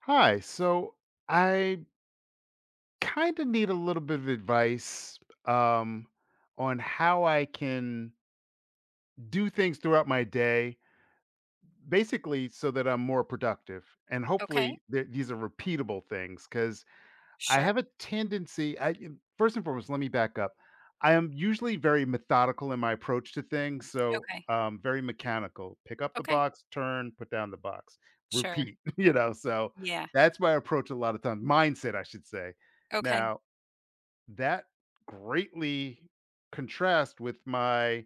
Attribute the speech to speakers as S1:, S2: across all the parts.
S1: Hi. So I kind of need a little bit of advice um, on how I can do things throughout my day, basically, so that I'm more productive. And
S2: Okay.
S1: hopefully, these are repeatable things because I
S2: Sure.
S1: have a tendency. I first and foremost, let me back up. I am usually very methodical in my approach to things, so,
S2: Okay.
S1: very mechanical. Pick up the
S2: Okay.
S1: box, turn, put down the box,
S2: Sure.
S1: repeat, you know? So,
S2: Yeah.
S1: that's my approach a lot of times. Mindset, I should say.
S2: Okay.
S1: Now, that greatly contrasts with my,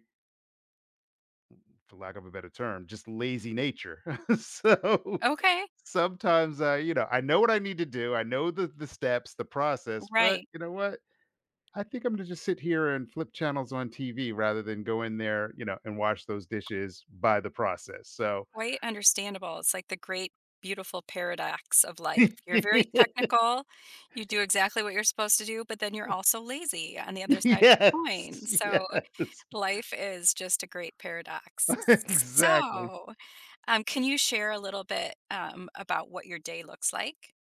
S1: for lack of a better term, just lazy nature. So,
S2: Okay.
S1: sometimes I know what I need to do, I know the steps, the process, but
S2: Right.
S1: you know what? I think I'm gonna just sit here and flip channels on TV rather than go in there, and wash those dishes by the process. So
S2: Quite understandable. It's like the great, beautiful paradox of life. You're very technical. You do exactly what you're supposed to do, but then you're also lazy on the other side of the
S1: Yes,
S2: coin. So
S1: yes.
S2: life is just a great paradox.
S1: Exactly.
S2: So, can you share a little bit about what your day looks like?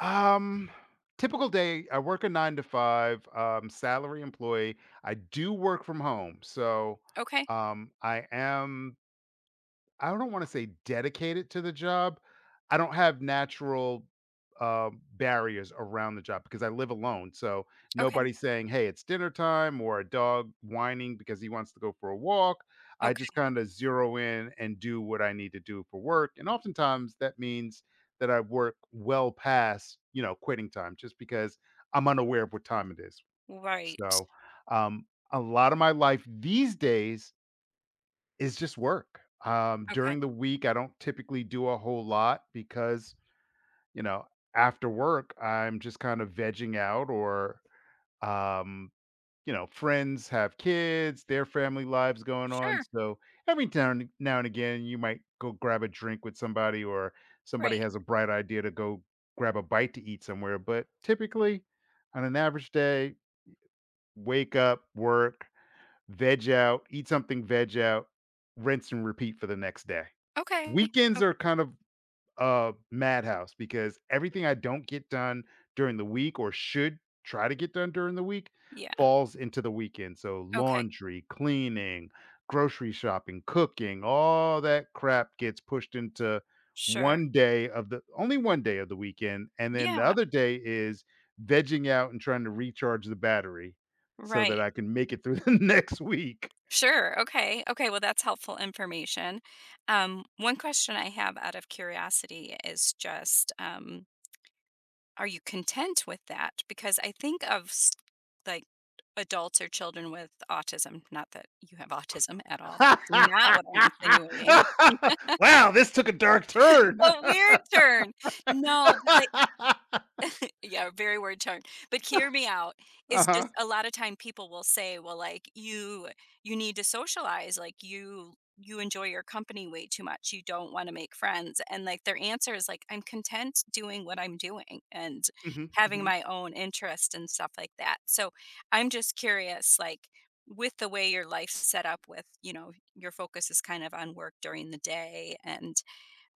S1: Um, typical day, I work a 9 to 5, salary employee. I do work from home, so,
S2: Okay.
S1: um, I am I don't wanna say dedicated to the job. I don't have natural, barriers around the job because I live alone, so
S2: Okay.
S1: nobody's saying, "Hey, it's dinner time," or a dog whining because he wants to go for a walk. I just
S2: Okay.
S1: kinda zero in and do what I need to do for work, and oftentimes, that means that I work well past, quitting time just because I'm unaware of what time it is.
S2: Right.
S1: So, um, a lot of my life these days is just work. Um,
S2: Okay.
S1: during the week, I don't typically do a whole lot because, you know, after work, I'm just kind of vegging out or, um, friends have kids, their family lives going on.
S2: Sure.
S1: So every now and again, you might go grab a drink with somebody, or somebody
S2: Right.
S1: has a bright idea to go grab a bite to eat somewhere. But typically, on an average day, wake up, work, veg out, eat something, veg out, rinse and repeat for the next day.
S2: Okay.
S1: Weekends are kind of a madhouse because everything I don't get done during the week or should try to get done during the week
S2: Yeah,
S1: falls into the weekend. So
S2: okay,
S1: laundry, cleaning, grocery shopping, cooking, all that crap gets pushed into
S2: sure.
S1: one day of the only one day of the weekend. And then the
S2: Yeah,
S1: other day is vegging out and trying to recharge the battery so
S2: right.
S1: that I can make it through the next week.
S2: Sure, okay, okay, well, that's helpful information. One question I have out of curiosity is just, are you content with that? Because I think of, s like, adults or children with autism, not that you have autism at all, that's not what I'm insinuating.
S1: Wow, this took a dark turn.
S2: A weird turn! No, but, like
S1: Uh-huh.
S2: yeah, very word turned. But hear me out, is just a lot of time people will say, well, like you need to socialize, like you enjoy your company way too much. You don't want to make friends. And like their answer is like, I'm content doing what I'm doing and
S1: Mhm,
S2: having
S1: mhm.
S2: my own interest and stuff like that. So I'm just curious, like with, the way your life's set up with, your focus is kind of on work during the day and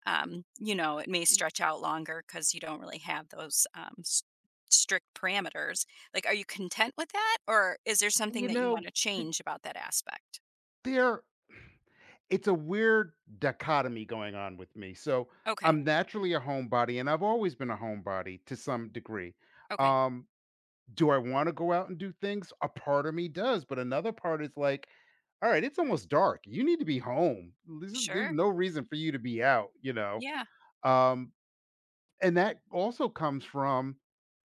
S2: it may stretch out longer because you don't really have those strict parameters. Like, are you content with that? Or is there something
S1: You
S2: that you want
S1: know,
S2: to
S1: th-
S2: change about that aspect?
S1: there it's a weird dichotomy going on with me. So,
S2: Okay.
S1: I'm naturally a homebody, and I've always been a homebody to some degree.
S2: Okay.
S1: Um do I want to go out and do things? A part of me does, but another part is like, all right, it's almost dark. You need to be home. There's
S2: Sure.
S1: no reason for you to be out, you know.
S2: Yeah.
S1: Um And that also comes from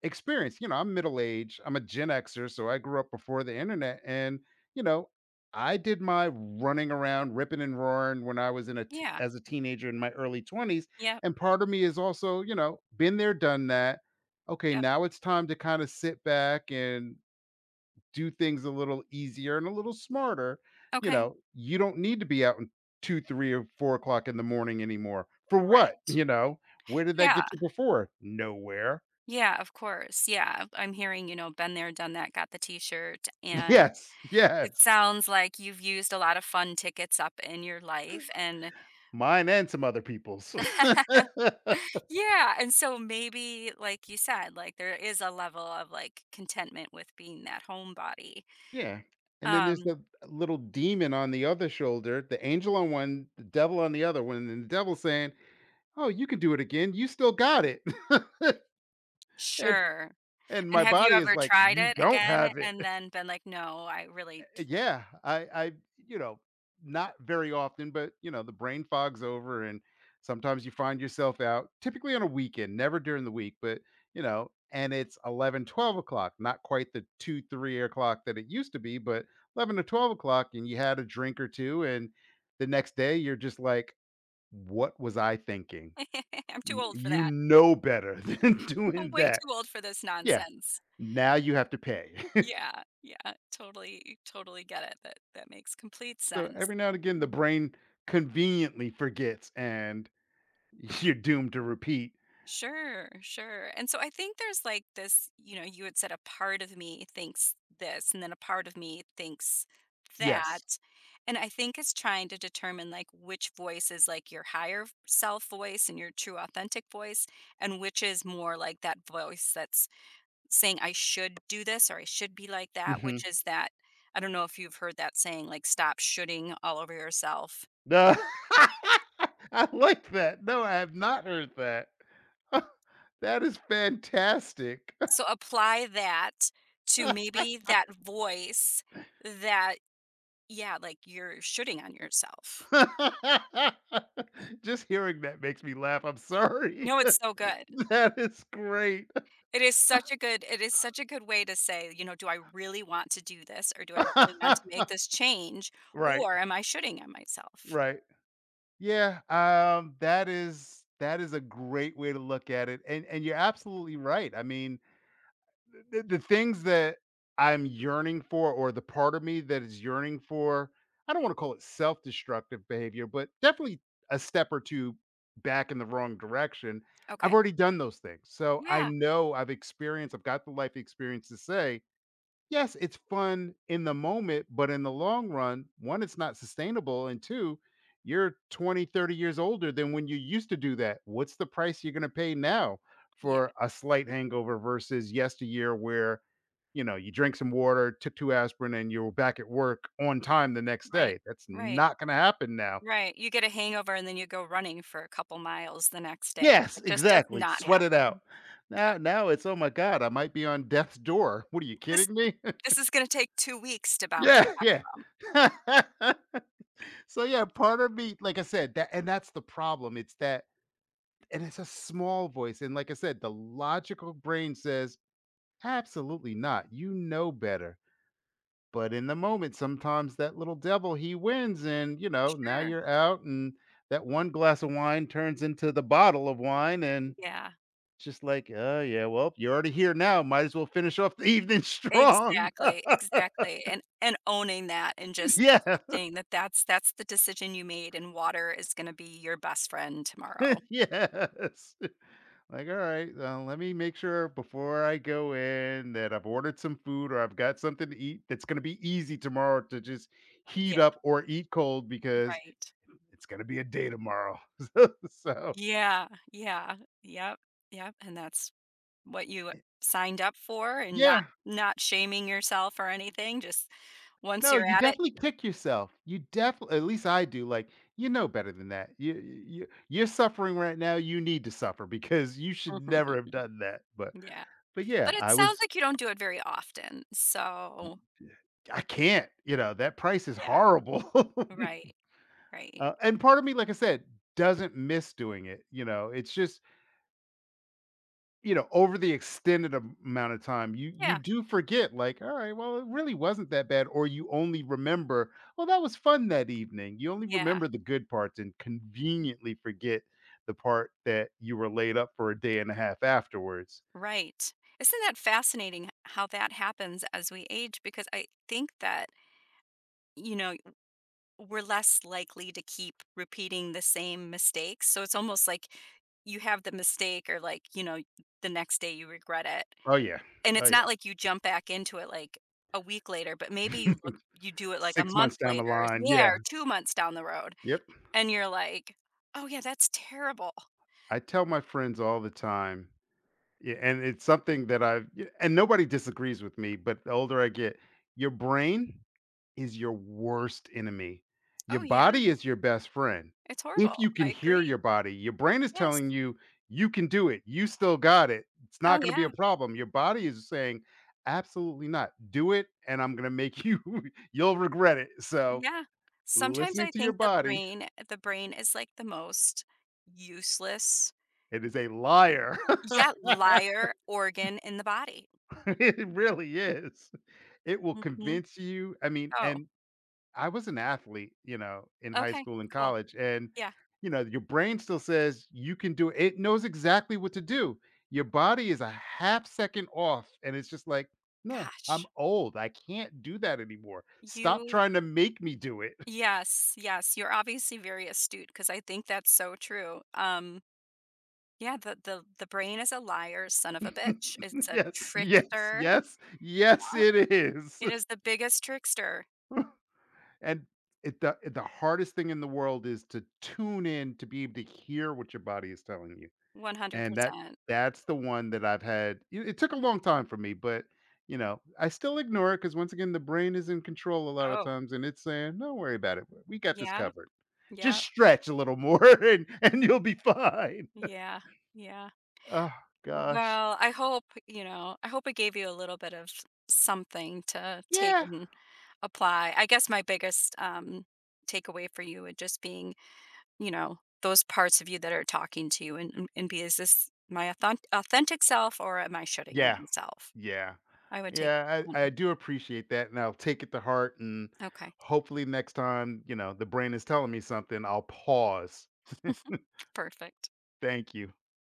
S1: experience. You know, I'm middle aged, I'm a Gen Xer, so I grew up before the internet. And, you know, I did my running around, ripping and roaring when I was
S2: Yeah.
S1: as a teenager in my early 20s.
S2: Yep.
S1: And part of me is also, been there, done that. Okay,
S2: Yep.
S1: now it's time to kind of sit back and do things a little easier and a little smarter,
S2: Okay.
S1: you don't need to be out in 2, 3, or 4 o'clock in the morning anymore. For what?
S2: Right.
S1: You know, where did that
S2: Yeah.
S1: get you before? Nowhere.
S2: Yeah. Of course. Yeah. I'm hearing, been there, done that, got the t shirt. And
S1: Yes,
S2: it
S1: yes.
S2: sounds like you've used a lot of fun tickets up in your life. And
S1: Mine and some other people's.
S2: yeah, and so maybe, like you said, like, there is a level of, like, contentment with being that homebody.
S1: Yeah. And then there's
S2: Um,
S1: the little demon on the other shoulder, the angel on one, the devil on the other one, and the devil saying, "Oh, you can do it again. You still got it." And
S2: sure.
S1: and
S2: And
S1: my
S2: have you
S1: body is
S2: ever
S1: like,
S2: tried
S1: "You
S2: it
S1: don't
S2: again
S1: have it."
S2: and then been like, "No, I really
S1: Yeah. I, you know not very often, but the brain fogs over, and sometimes you find yourself out, typically on a weekend, never during the week, but you know, and it's 11, 12 o'clock, not quite the 2, 3 o'clock that it used to be, but 11 to 12 o'clock, and you had a drink or two, and the next day you're just like, what was I thinking?
S2: I'm too
S1: you,
S2: old for
S1: you
S2: that.
S1: know better than
S2: I'm
S1: doing
S2: way
S1: that.
S2: too old for this
S1: Yeah,
S2: nonsense."
S1: now you have to pay.
S2: Yeah, yeah, totally get it. That makes complete
S1: So
S2: sense.
S1: every now and again, the brain conveniently forgets, and you're doomed to repeat.
S2: Sure, sure. And so I think there's like this, you had said a part of me thinks this, and then a part of me thinks that.
S1: Yes.
S2: And I think it's trying to determine like which voice is like your higher self voice and your true authentic voice, and which is more like that voice that's saying, I should do this or I should be like that,
S1: Hmm.
S2: which is that I don't know if you've heard that saying, like stop shoulding all over yourself.
S1: No. I like that. No, I have not heard that. That is fantastic.
S2: So apply that to maybe that voice that yeah, like you're shooting on yourself.
S1: Just hearing that makes me laugh. I'm sorry.
S2: No, it's so good.
S1: That is great.
S2: It is such a good way to say, do I really want to do this or do I really want to make this change
S1: Right.
S2: or am I shooting at myself?
S1: Right. Yeah. That is a great way to look at it, and you're absolutely right. I mean, the things that I'm yearning for, or the part of me that is yearning for, I don't want to call it self destructive behavior, but definitely a step or two back in the wrong direction. I've
S2: Okay.
S1: already done those things. So I
S2: Yeah.
S1: know I've experienced, I've got the life experience to say, yes, it's fun in the moment, but in the long run, one, it's not sustainable. And two, you're 20, 30 years older than when you used to do that. What's the price you're going to pay now
S2: Yeah.
S1: for a slight hangover versus yesteryear where, you drink some water, took two aspirin, and you're back at work on time the next
S2: Right.
S1: day? That's
S2: Right.
S1: not going to happen now.
S2: Right. You get a hangover and then you go running for a couple miles the next day.
S1: Yes,
S2: It just does
S1: exactly.
S2: not happen.
S1: Sweat it out.
S2: Yeah.
S1: Now, it's, oh my God, I might be on death's door. What are you
S2: This
S1: kidding me?
S2: this is going to take 2 weeks to bounce
S1: Yeah,
S2: back
S1: yeah.
S2: from.
S1: So yeah, part of me, like I said, that and that's the problem. It's that, and it's a small voice. And like I said, the logical brain says, absolutely not. You know better. But in the moment, sometimes that little devil he wins, and now
S2: Sure.
S1: you're out, and that one glass of wine turns into the bottle of wine, and
S2: Yeah.
S1: it's just like, oh yeah, well, you're already here now. Might as well finish off the evening strong.
S2: Exactly, exactly, and owning that and just
S1: Yeah.
S2: accepting that that's the decision you made, and water is gonna be your best friend tomorrow.
S1: Yes. Like, all right, let me make sure before I go in that I've ordered some food or I've got something to eat that's going to be easy tomorrow to just heat
S2: Yeah.
S1: up or eat cold because
S2: Right.
S1: it's going to be a day tomorrow. So,
S2: Yeah, yeah, yep, yep, and that's what you signed up for and not
S1: yeah,
S2: not shaming yourself or anything, just once
S1: no,
S2: you're
S1: you
S2: at it
S1: definitely kick yourself. You definitely, at least I do. Like, you know better than that. You're suffering right now. You need to suffer because you should never have done that. But
S2: yeah,
S1: but yeah,
S2: but it
S1: I
S2: sounds
S1: was.
S2: like you don't do it very often, so
S1: I can't. You know that price is
S2: yeah,
S1: horrible.
S2: right, right.
S1: And part of me, like I said, doesn't miss doing it. You know, it's just over the extended amount of time, you
S2: Yeah,
S1: do forget. Like, all right, well, it really wasn't that bad, or you only remember, well, that was fun that evening. You only
S2: yeah.
S1: remember the good parts and conveniently forget the part that you were laid up for a day and a half afterwards.
S2: Right. Isn't that fascinating how that happens as we age? Because I think that, you know, we're less likely to keep repeating the same mistakes. So it's almost like you have the mistake or like, the next day you regret it.
S1: Oh yeah,
S2: And
S1: oh
S2: it's not
S1: yeah.
S2: like you jump back into it like a week later, but maybe you look, you do it like a
S1: Six
S2: month
S1: months down the
S2: later,
S1: line,
S2: yeah, or
S1: yeah,
S2: 2 months down the road.
S1: yep.
S2: And you're like, oh, yeah, that's terrible.
S1: I tell my friends all the time. Yeah, and it's something that and nobody disagrees with me, but the older I get, your brain is your worst enemy. Your
S2: Oh, yeah,
S1: body is your best friend.
S2: it's
S1: If
S2: horrible.
S1: you
S2: I
S1: can hear
S2: agree.
S1: your body, your brain is
S2: Yes.
S1: telling you you can do it. You still got it. It's
S2: Oh,
S1: not going to be a
S2: yeah.
S1: problem. Your body is saying absolutely not. Do it and I'm going to make you you'll regret it. So,
S2: Yeah. Sometimes
S1: listening
S2: I
S1: to your
S2: think the
S1: body,
S2: brain the brain is like the most useless,
S1: it is a liar.
S2: yeah, liar organ in the body.
S1: It really is. It will
S2: Mhm.
S1: convince you. I mean,
S2: Oh,
S1: and I was an athlete, in high
S2: okay,
S1: school and
S2: cool.
S1: college, and
S2: Yeah.
S1: your brain still says you can do it. It knows exactly what to do. Your body is a half second off, and it's just like, no, I'm
S2: Gosh.
S1: old. I can't do that anymore. Stop
S2: You
S1: trying to make me do it.
S2: yes, yes, you're obviously very astute because I think that's so true. Yeah, the brain is a liar son of a bitch. It's a
S1: Yes, yes,
S2: trickster.
S1: yes, yes,
S2: Yeah.
S1: it is.
S2: It is the biggest trickster,
S1: And it the hardest thing in the world is to tune in to be able to hear what your body is telling you. And that
S2: 100%.
S1: that's the one that I've had it. It took a long time for me, but you know, I still ignore it because once again, the brain is in control a lot of
S2: Oh,
S1: times, and it's saying, don't worry about it. We got this
S2: yeah,
S1: covered.
S2: yeah,
S1: Just stretch a little more and you'll be fine.
S2: yeah, yeah.
S1: Oh gosh.
S2: Well, I hope it gave you a little bit of something to take
S1: Yeah.
S2: and apply. I guess my biggest takeaway for you would just being, those parts of you that are talking to you and be, is this my authentic self or am I shutting on
S1: Yeah.
S2: myself?
S1: Yeah.
S2: I would take
S1: Yeah,
S2: that one.
S1: I do appreciate that, and I'll take it to heart, and
S2: Okay,
S1: hopefully next time, the brain is telling me something, I'll pause.
S2: perfect.
S1: Thank you.